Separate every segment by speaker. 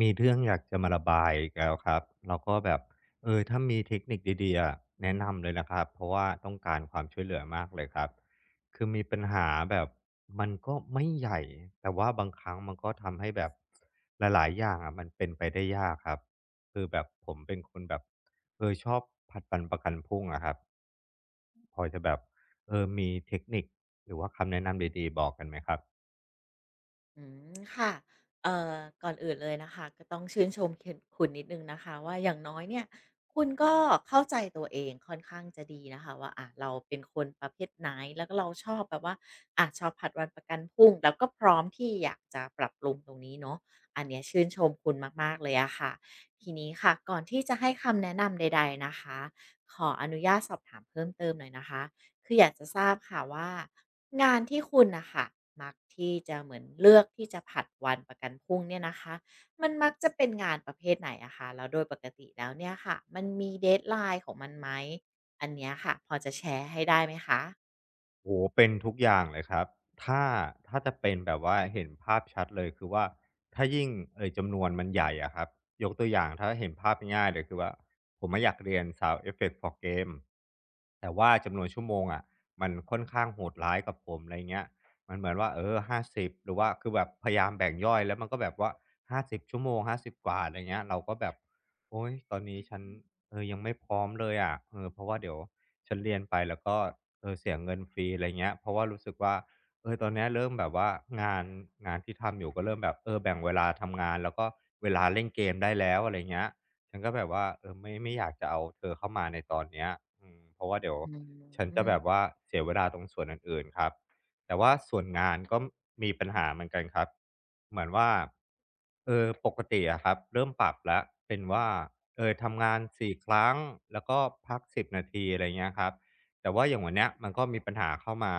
Speaker 1: มีเรื่องอยากจะมาระบายอีกแล้วครับแล้วก็แบบถ้ามีเทคนิคดีๆอะแนะนำเลยนะครับเพราะว่าต้องการความช่วยเหลือมากเลยครับคือมีปัญหาแบบมันก็ไม่ใหญ่แต่ว่าบางครั้งมันก็ทำให้แบบหลายๆอย่างอะมันเป็นไปได้ยากครับคือแบบผมเป็นคนแบบชอบผลัดวันประกันพรุ่งอะครับพอจะแบบมีเทคนิคหรือว่าคำแนะนำดีๆบอกกันไหมครับ
Speaker 2: อืมค่ะเอ่อก่อนอื่นเลยนะคะก็ต้องชื่นชมเคนคุณนิดนึงนะคะว่าอย่างน้อยเนี่ยคุณก็เข้าใจตัวเองค่อนข้างจะดีนะคะว่าอะเราเป็นคนประเภทไหนแล้วก็เราชอบแบบว่าอะชอบผัดวันประกันพรุ่งแล้วก็พร้อมที่อยากจะปรับปรุงตรงนี้เนาะอันเนี้ยชื่นชมคุณมากๆเลยอะค่ะทีนี้ค่ะก่อนที่จะให้คำแนะนำใดๆนะคะขออนุญาตสอบถามเพิ่มเติมหน่อยนะคะ คืออยากจะทราบค่ะว่างานที่คุณนะคะมักที่จะเหมือนเลือกที่จะผัดวันประกันพรุ่งเนี่ยนะคะมันมักจะเป็นงานประเภทไหนอะคะแล้วโดยปกติแล้วเนี่ยค่ะมันมี deadline ของมันไหมอันเนี้ยค่ะพอจะแชร์ให้ได้ไหมคะ
Speaker 1: โอ้โหเป็นทุกอย่างเลยครับถ้าถ้าจะเป็นแบบว่าเห็นภาพชัดเลยคือว่าถ้ายิ่งจำนวนมันใหญ่อะครับยกตัวอย่างถ้าเห็นภาพง่ายๆเลยคือว่าผมไม่อยากเรียน Sound Effects for Game แต่ว่าจำนวนชั่วโมงอะมันค่อนข้างโหดร้ายกับผมอะไร่เงี้ยมันเหมือนว่าหาสิบหรือว่าคือแบบพยายามแบ่งย่อยแล้วมันก็แบบว่า50 ชั่วโมง50 กว่าอะไรเงี้ยเราก็แบบโอ๊ยตอนนี้ฉันยังไม่พร้อมเลยอะเพราะว่าเดี๋ยวฉันเรียนไปแล้วก็ เสียเงินฟรีอะไรเงี้ยเพราะว่ารู้สึกว่าตอนเนี้ยเริ่มแบบว่างานงานที่ทำอยู่ก็เริ่มแบบแบ่งเวลาทำงานแล้วก็เวลาเล่นเกมได้แล้วอะไรเงี้ยฉันก็แบบว่าไม่อยากจะเอาเธอเข้ามาในตอนเนี้ยเพราะว่าเดี๋ยว
Speaker 2: อื
Speaker 1: ฉันจะแบบ
Speaker 2: ม
Speaker 1: ว่าเสียเวลาตรงส่วนอื่นๆครับแต่ว่าส่วนงานก็มีปัญหาเหมือนกันครับเหมือนว่าปกติอะครับเริ่มปรับแล้วเป็นว่าทำงาน4 ครั้งแล้วก็พัก10 นาทีอะไรเงี้ยครับ แต่ว่าอย่างวันเนี้ยมันก็มีปัญหาเข้ามา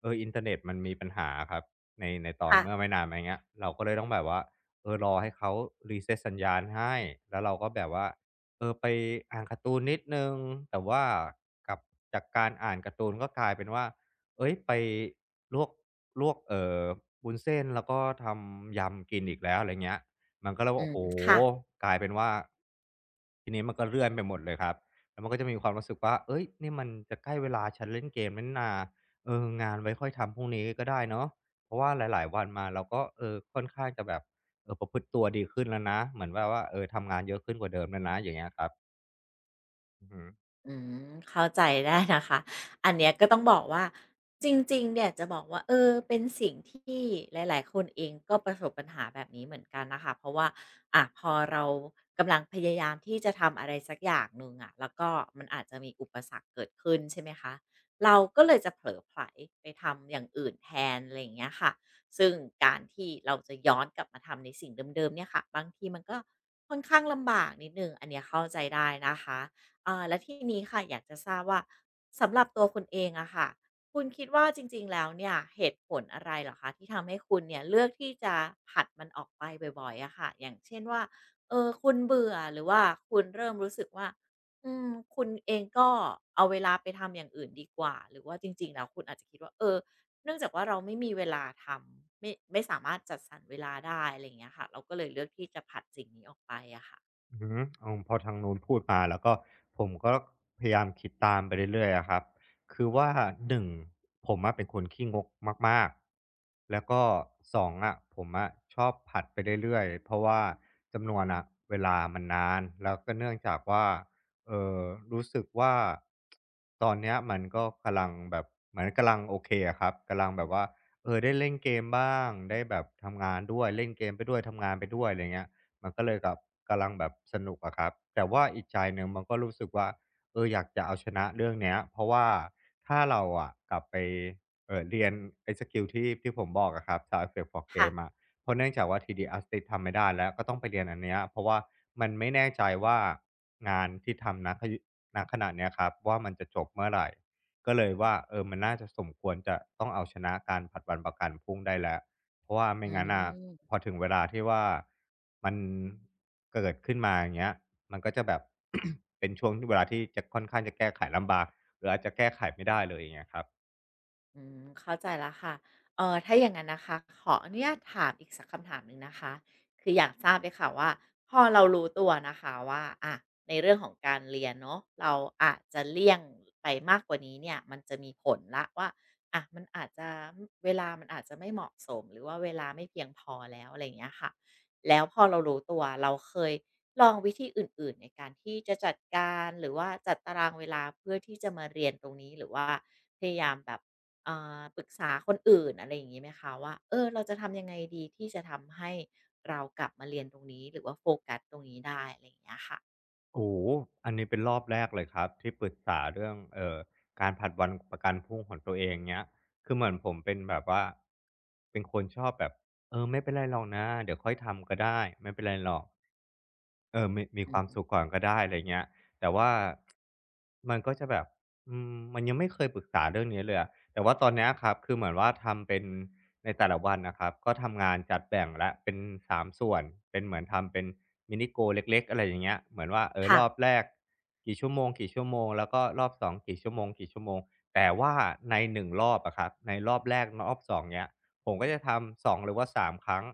Speaker 1: อินเทอร์เน็ตมันมีปัญหาครับในตอน
Speaker 2: ค่ะ
Speaker 1: เมื่อไม่นานมาเนี้ยเราก็เลยต้องแบบว่ารอให้เขา reset สัญญาณให้แล้วเราก็แบบว่าไปอ่านการ์ตูนนิดหนึ่งแต่ว่ากลับจากการอ่านการ์ตูนก็กลายเป็นว่าเฮ้ยไปลวกลวกวุ้นเส้นแล้วก็ทำยำกินอีกแล้วอะไรเงี้ยมันก็เลย
Speaker 2: อื
Speaker 1: โอ้
Speaker 2: ม
Speaker 1: โฮ
Speaker 2: ค่ะ
Speaker 1: กลายเป็นว่าทีนี้มันก็เลื่อนไปหมดเลยครับ แล้วมันก็จะมีความรู้สึกว่า เอ้ยนี่มันจะใกล้เวลาฉันเล่นเกมแล้วนี่นางานไว้ค่อยทำพรุ่งนี้ก็ได้เนาะเพราะว่าหลายๆวันมาเราก็ค่อนข้างจะแบบประพฤติตัวดีขึ้นแล้วนะ เหมือนแบบว่าทำงานเยอะขึ้นกว่าเดิมแล้วนะ อย่างเงี้ยครับอือฮึ
Speaker 2: อืมเข้าใจได้นะคะอันเนี้ยก็ต้องบอกว่าจริงๆ เนี่ยจะบอกว่าเป็นสิ่งที่หลายๆคนเองก็ประสบปัญหาแบบนี้เหมือนกันนะคะเพราะว่าอ่ะพอเรากำลังพยายามที่จะทำอะไรสักอย่างหนึ่งอะแล้วก็มันอาจจะมีอุปสรรคเกิดขึ้นใช่ไหมคะเราก็เลยจะเผลอไผลไปทำอย่างอื่นแทนอะไรอย่างเงี้ยค่ะซึ่งการที่เราจะย้อนกลับมาทำในสิ่งเดิมๆเนี่ยค่ะบางทีมันก็ค่อนข้างลำบากนิดหนึ่งอันเนี้ยเข้าใจได้นะคะ อ่าแล้วทีนี้ค่ะอยากจะทราบว่าสำหรับตัวคุณเองอะค่ะคุณคิดว่าจริงๆแล้วเนี่ยเหตุผลอะไรเหรอคะที่ทำให้คุณเนี่ยเลือกที่จะผัดมันออกไปบ่อยๆอะค่ะอย่างเช่นว่าคุณเบื่อหรือว่าคุณเริ่มรู้สึกว่าอืมคุณเองก็เอาเวลาไปทำอย่างอื่นดีกว่าหรือว่าจริงๆแล้วคุณอาจจะคิดว่าเนื่องจากว่าเราไม่มีเวลาทำไม่สามารถจัดสรรเวลาได้อะไรอย่างเงี้ยค่ะเราก็เลยเลือกที่จะผัดสิ่งนี้ออกไปอะค่ะ
Speaker 1: อืออือเอาพอทางนู้นพูดมาแล้วก็ผมก็พยายามคิดตามไปเรื่อยๆอะครับคือว่าหนึ่งผมอะเป็นคนขี้งกมากๆแล้วก็สองอะผมอะชอบผัดไปเรื่อยๆเพราะว่าจำนวนนะเวลามันนานแล้วก็เนื่องจากว่าเออรู้สึกว่าตอนเนี้ยมันก็กำลังแบบเหมือนกำลังโอเคอะครับกำลังแบบว่าได้เล่นเกมบ้างได้แบบทำงานด้วยเล่นเกมไปด้วยทำงานไปด้วยอะไรเงี้ย มันก็เลยกับกำลังแบบสนุกอะครับแต่ว่าอีกใจหนึ่งมันก็รู้สึกว่าอยากจะเอาชนะเรื่องเนี้ยเพราะว่าถ้าเราอะกลับไปเรียนไอ้สกิลที่ผมบอกอะครับ Sound Effect for
Speaker 2: ค่ะ
Speaker 1: Game อะเพราะเนื่องจากว่า 3D Artist ทำไม่ได้แล้วก็ต้องไปเรียนอันเนี้ยเพราะว่ามันไม่แน่ใจว่างานที่ทำณณะเนี้ยครับว่ามันจะจบเมื่อไรก็เลยว่ามันน่าจะสมควรจะต้องเอาชนะการผลัดวันประกันพรุ่งได้แล้ว เพราะว่า
Speaker 2: อื
Speaker 1: ไม่งั้นน่ะพ
Speaker 2: ม
Speaker 1: อถึงเวลาที่ว่ามันเกิดขึ้นมาอย่างเงี้ยมันก็จะแบบ เป็นช่วงที่เวลาที่จะค่อนข้างจะแก้ไขลำบากหรืออาจจะแก้ไขไม่ได้เลยอย่างเงี้ยครับ
Speaker 2: อืมเข้าใจแล้วค่ะถ้าอย่างนั้นนะคะขออนุญาตถามอีกสักคำถามหนึ่งนะคะ คืออยากทราบเลยค่ะว่าพอเรารู้ตัวนะคะว่าอะในเรื่องของการเรียนเนาะเราอาจจะเลี่ยงไปมากกว่านี้เนี่ยมันจะมีผลและว่าอะมันอาจจะเวลามันอาจจะไม่เหมาะสมหรือว่าเวลาไม่เพียงพอแล้วอะไรอย่างเงี้ยค่ะแล้วพอเรารู้ตัวเราเคยลองวิธีอื่นๆในการที่จะจัดการหรือว่าจัดตารางเวลาเพื่อที่จะมาเรียนตรงนี้หรือว่าพยายามแบบ อ่าปรึกษาคนอื่นอะไรอย่างงี้ไหมคะว่าเราจะทำยังไงดีที่จะทำให้เรากลับมาเรียนตรงนี้หรือว่าโฟกัสตรงนี้ได้อะไรอย่างเงี้ยค่ะ
Speaker 1: โอ้โหอันนี้เป็นรอบแรกเลยครับที่ปรึกษาเรื่องการผัดวันประกันพรุ่งของตัวเองเงี้ยคือเหมือนผมเป็นแบบว่าเป็นคนชอบแบบไม่เป็นไรหรอกนะเดี๋ยวค่อยทำก็ได้ไม่เป็นไรหรอก มี
Speaker 2: อื
Speaker 1: ความ
Speaker 2: ม
Speaker 1: สุขก่อนก็ได้อะไรเงี้ยแต่ว่ามันก็จะแบบมันยังไม่เคยปรึกษาเรื่องนี้เลยอะแต่ว่าตอนเนี้ยครับคือเหมือนว่าทำเป็นในแต่ละวันนะครับก็ทำงานจัดแบ่งแล้วเป็น3ส่วนเป็นเหมือนทำเป็น mini goal เล็กๆอะไรอย่างเงี้ยเหมือนว่า
Speaker 2: ค่ะ
Speaker 1: รอบแรกกี่ชั่วโมงๆแล้วก็รอบ2กี่ชั่วโมงๆแต่ว่าในหนึ่งรอบอะครับในรอบแรกรอบสองเงี้ยผมก็จะทำสองหรือว่าสามครั้ง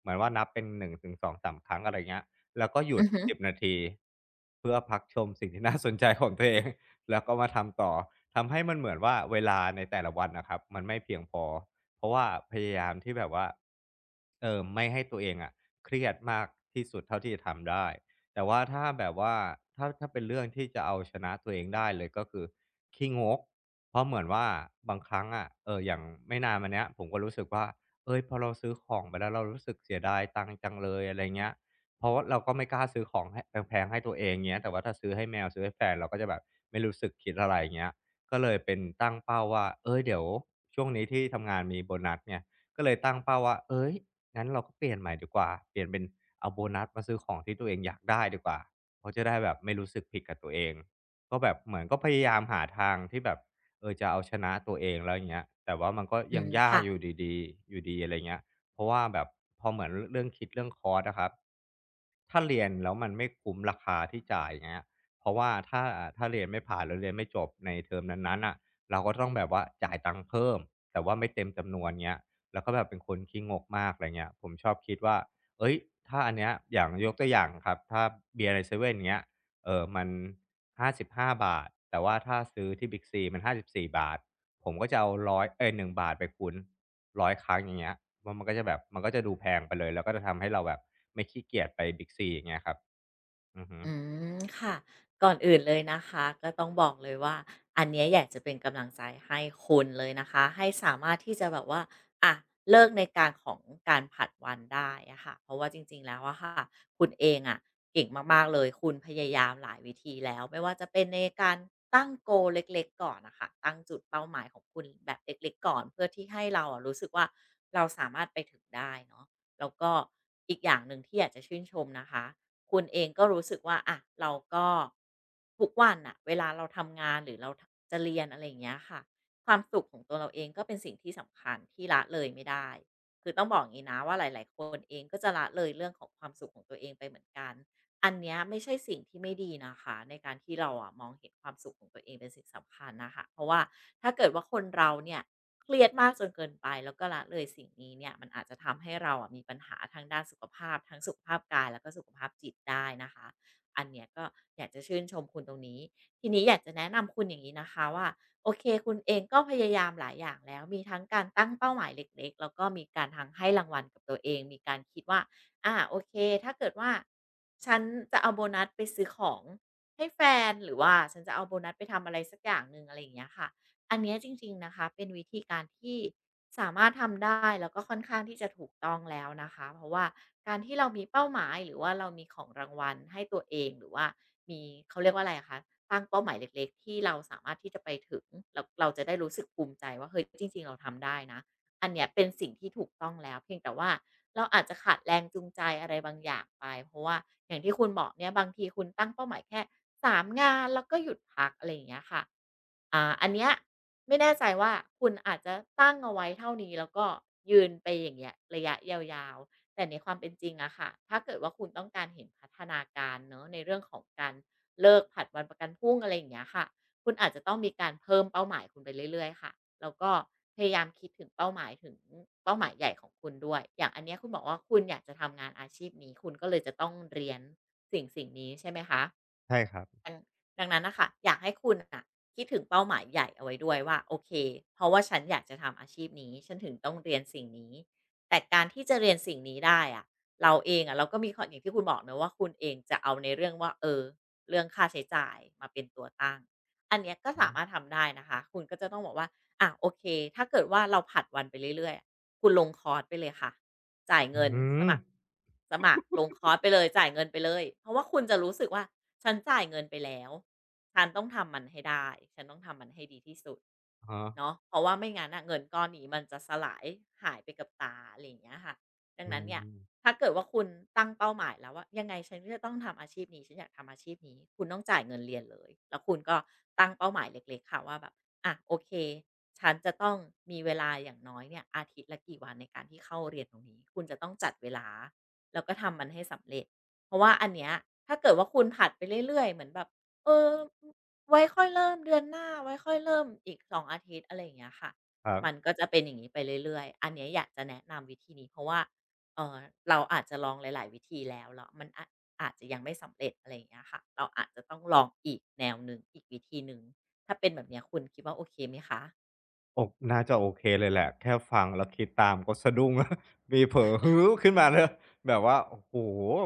Speaker 1: เหมือนว่านับเป็นหนึ่งถึงสองสา3ครั้งอะไรเงี้ย แล้วก็หยุ
Speaker 2: อื
Speaker 1: ด
Speaker 2: อฮึ
Speaker 1: 10นาทีเพื่อพักชมสิ่งที่น่าสนใจของตัวเอง แล้วก็มาทำต่อทำให้มันเหมือนว่าเวลาในแต่ละวันน่ะครับมันไม่เพียงพอเพราะว่าพยายามที่แบบว่าไม่ให้ตัวเองอะเครียดมากที่สุดเท่าที่จะทำได้แต่ว่าถ้าแบบว่าถ้าเป็นเรื่องที่จะเอาชนะตัวเองได้เลยก็คือขี้งกเพราะเหมือนว่าบางครั้งอะอย่างไม่นานมาเนี้ยผมก็รู้สึกว่าเฮ้ยพอเราซื้อของไปแล้วเรารู้สึกเสียดายตังค์จังเลยอะไรเงี้ย เพราะว่าเราก็ไม่กล้าซื้อของให้แพงๆให้ตัวเองเงี้ยแต่ว่าถ้าซื้อให้แมวซื้อให้แฟนเราก็จะแบบไม่รู้สึกคิดอะไรเงี้ยก็เลยเป็นตั้งเป้าว่า เอ้ยเดี๋ยวช่วงนี้ที่ทำงานมีโบนัสเนี่ยก็เลยตั้งเป้าว่า เอ้ยงั้นเราก็เปลี่ยนใหม่ดีกว่าเปลี่ยนเป็นเอาโบนัสมาซื้อของที่ตัวเองอยากได้ดีกว่า เพราะจะได้แบบไม่รู้สึกผิดกับตัวเองก็แบบเหมือนก็พยายามหาทางที่แบบจะเอาชนะตัวเองแล้วอย่างเงี้ยแต่ว่ามันก็
Speaker 2: อื
Speaker 1: ยัง
Speaker 2: ม
Speaker 1: ยาก
Speaker 2: ค่ะ
Speaker 1: อยู่ดีๆอยู่ดีอะไรเงี้ย เพราะว่าแบบพอเหมือนเรื่องคิดเรื่องคอร์สอะครับถ้าเรียนแล้วมันไม่คุ้มราคาที่จ่ายอย่างเงี้ยเพราะว่าถ้าเรียนไม่ผ่านหรือเรียนไม่จบในเทอมนั้นๆน่ะเราก็ต้องแบบว่าจ่ายตังค์เพิ่มแต่ว่าไม่เต็มจำนวนเงี้ยแล้วก็แบบเป็นคนขี้งกมากอะไรเงี้ยผมชอบคิดว่าเอ้ยถ้าอันเนี้ยอย่างยกตัวอย่างครับถ้าเบียร์ในเซเว่นเงี้ยมันห้าสิบห้าบาทแต่ว่าถ้าซื้อที่บิ๊ i ซีมันห้าสิบสี่บาท ผมก็จะเอาร้อยเอ๊ย1บาทไปคูณ100ครั้งอย่างเงี้ยมันก็จะแบบมันก็จะดูแพงไปเลยแล้วก็จะทำให้เราแบบไม่ขี้เกียจไป Big C อย่างเงี้ยครับอือฮึ
Speaker 2: อืมค่ะก่อนอื่นเลยนะคะก็ต้องบอกเลยว่าอันเนี้ยอยากจะเป็นกำลังใจให้คุณเลยนะคะให้สามารถที่จะแบบว่าอ่ะเลิกในการของการผัดวันได้อะค่ะเพราะว่าจริงๆแล้วอะค่ะคุณเองอะเก่งมากๆเลยคุณพยายามหลายวิธีแล้วไม่ว่าจะเป็นในการตั้งโก a เล็กๆก่อนนะคะตั้งจุดเป้าหมายของคุณแบบเล็กๆก่อนเพื่อที่ให้เราอะรู้สึกว่าเราสามารถไปถึงได้เนาะแล้วก็อีกอย่างหนึ่งที่อยากจะชื่นชมนะคะ คุณเองก็รู้สึกว่าอะเราก็ทุกวันน่ะเวลาเราทำงานหรือเราจะเรียนอะไรอย่างเงี้ยค่ะความสุขของตัวเราเองก็เป็นสิ่งที่สำคัญที่ละเลยไม่ได้คือต้องบอกอย่างงี้นะว่าหลายๆคนเองก็จะละเลยเรื่องของความสุขของตัวเองไปเหมือนกัน อันเนี้ยไม่ใช่สิ่งที่ไม่ดีนะคะในการที่เราอะมองเห็นความสุขของตัวเองเป็นสิ่งสำคัญนะคะเพราะว่าถ้าเกิดว่าคนเราเนี่ยเครียดมากจนเกินไปแล้วก็ละเลยสิ่งนี้เนี่ยมันอาจจะทำให้เราอะมีปัญหาทางด้านสุขภาพทั้งสุขภาพกายแล้วก็สุขภาพจิตได้นะคะอันเนี้ยก็อยากจะชื่นชมคุณตรงนี้ทีนี้อยากจะแนะนำคุณอย่างนี้นะคะว่าโอเคคุณเองก็พยายามหลายอย่างแล้วมีทั้งการตั้งเป้าหมายเล็กๆแล้วก็มีการทั้งให้รางวัลกับตัวเองมีการคิดว่า โอเคถ้าเกิดว่าฉันจะเอาโบนัสไปซื้อของให้แฟนหรือว่าฉันจะเอาโบนัสไปทำอะไรสักอย่างหนึ่งอะไรอย่างเงี้ยค่ะอันเนี้ยจริงๆนะคะเป็นวิธีการที่สามารถทำได้แล้วก็ค่อนข้างที่จะถูกต้องแล้วนะคะเพราะว่าการที่เรามีเป้าหมายหรือว่าเรามีของรางวัลให้ตัวเองหรือว่ามีเขาเรียกว่าอะไรอะคะตั้งเป้าหมายเล็กๆที่เราสามารถที่จะไปถึงเราจะได้รู้สึกภูมิใจว่าเฮ้ยจริงๆเราทำได้นะ อันเนี้ยเป็นสิ่งที่ถูกต้องแล้วเพียงแต่ว่าเราอาจจะขาดแรงจูงใจอะไรบางอย่างไปเพราะว่าอย่างที่คุณบอกเนี่ยบางทีคุณตั้งเป้าหมายแค่สามงานแล้วก็หยุดพักอะไรอย่างเงี้ยค่ะอันเนี้ยไม่แน่ใจว่าคุณอาจจะตั้งเอาไว้เท่านี้แล้วก็ยืนไปอย่างเงี้ยระยะยาวๆแต่ในความเป็นจริงอะค่ะถ้าเกิดว่าคุณต้องการเห็นพัฒนาการเนาะในเรื่องของการเลิกผัดวันประกันพรุ่งอะไรอย่างเงี้ยค่ะ คุณอาจจะต้องมีการเพิ่มเป้าหมายคุณไปเรื่อยๆค่ะแล้วก็พยายามคิดถึงเป้าหมายถึงเป้าหมายใหญ่ของคุณด้วยอย่างอันเนี้ยคุณบอกว่าคุณอยากจะทำงานอาชีพนี้คุณก็เลยจะต้องเรียนสิ่งนี้ใช่ไหมคะ
Speaker 1: ใช่ครับ
Speaker 2: ดังนั้นนะคะอยากให้คุณอ่ะคิดถึงเป้าหมายใหญ่เอาไว้ด้วยว่าโอเคเพราะว่าฉันอยากจะทำอาชีพนี้ฉันถึงต้องเรียนสิ่งนี้แต่การที่จะเรียนสิ่งนี้ได้อะเราเองอะเราก็มีข้ออย่างที่คุณบอกนะว่าคุณเองจะเอาในเรื่องว่าเออเรื่องค่าใช้จ่ายมาเป็นตัวตั้งอันเนี้ยก็
Speaker 1: อือ
Speaker 2: สา
Speaker 1: ฮึ
Speaker 2: มารถทำได้นะคะคุณก็จะต้องบอกว่าอะโอเคถ้าเกิดว่าเราผัดวันไปเรื่อยๆอะคุณลงคอร์สไปเลยค่ะจ่าย
Speaker 1: อื
Speaker 2: เงิ
Speaker 1: อ
Speaker 2: น
Speaker 1: ฮึ
Speaker 2: สมัครสมัครลงคอร์สไปเลยจ่ายเงินไปเลยเพราะว่าคุณจะรู้สึกว่า ฉันจ่ายเงินไปแล้วฉันต้องทำมันให้ได้ฉันต้องทำมันให้ดีที่สุด
Speaker 1: อะฮ
Speaker 2: เนาะเพราะว่าไม่งั้นน่ะเงินก้อนนี้มันจะสลายหายไปกับตาอะไรอย่างเงี้ยค่ะดัง
Speaker 1: อื
Speaker 2: นั้นเนี่ย
Speaker 1: ม
Speaker 2: ถ้าเกิดว่าคุณตั้งเป้าหมายแล้วว่ายังไงฉันก็จะต้องทำอาชีพนี้ฉันอยากทำอาชีพนี้คุณต้องจ่ายเงินเรียนเลยแล้วคุณก็ตั้งเป้าหมายเล็กๆค่ะว่าแบบอ่ะโอเคฉันจะต้องมีเวลาอย่างน้อยเนี่ยอาทิตย์ละกี่วันในการที่เข้าเรียนตรงนี้คุณจะต้องจัดเวลา แล้วก็ทำมันให้สำเร็จ เพราะว่าอันเนี้ยถ้าเกิดว่าคุณผัดไปเรื่อยๆเหมือนแบบเออไว้ค่อยเริ่มเดือนหน้าไว้ค่อยเริ่มอีก2องอาทิตย์อะไรอย่างเงี้ยค่ะ
Speaker 1: ครั
Speaker 2: มัน
Speaker 1: บ
Speaker 2: ก็จะเป็นอย่างงี้ไปเรื่อยๆอันเนี้ยอยากจะแนะนำวิธีนี้เพราะว่าเอ่อเราอาจจะลองหลายๆวิธีแล้วแล้วมันอะอาจจะยังไม่สำเร็จอะไรอย่างเงี้ยค่ะเราอาจจะต้องลองอีกแนวหนึ่งอีกวิธีหนึ่งถ้าเป็นแบบเนี้ยคุณคิดว่าโอเคไหมคะ
Speaker 1: โอกน่าจะโอเคเลยแหละแค่ฟังแล้วคิดตามก็สะดุ้งแล้ว มีเผลอฮือขึ้นมาเลยแบบว่าโอ้โฮ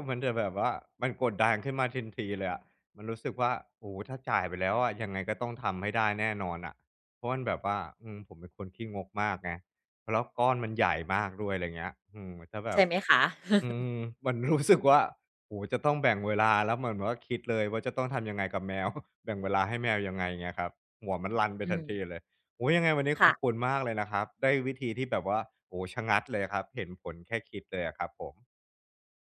Speaker 1: มันจะแบบว่ามันกดดันขึ้นมาทันทีเลยอะมันรู้สึกว่าโอ้โฮถ้าจ่ายไปแล้วอะยังไงก็ต้องทำให้ได้แน่นอนอะเพราะมันแบบว่าอืมผมเป็นคนขี้งกมากไงแล้วก้อนมันใหญ่มากด้วยอะไรเงี้ยอืมถ้าแบ
Speaker 2: ใช่
Speaker 1: บ
Speaker 2: ไหมคะ
Speaker 1: อืมมัน รู้สึกว่าโอ้โฮจะต้องแบ่งเวลาแล้วเหมือนว่าคิดเลยว่าจะต้องทำยังไงกับแมว แบ่งเวลาให้แมวยังไงเงี้ยครับหัวมันรันไป
Speaker 2: อื
Speaker 1: ทัน
Speaker 2: ม
Speaker 1: ทีเลยโอ้โฮยังไงวันนี้ข
Speaker 2: ค่ะ
Speaker 1: อบคุณมากเลยนะครับได้วิธีที่แบบว่าโอ้โฮชะงักเลยครับเห็นผลแค่คิดเลยอะครับผม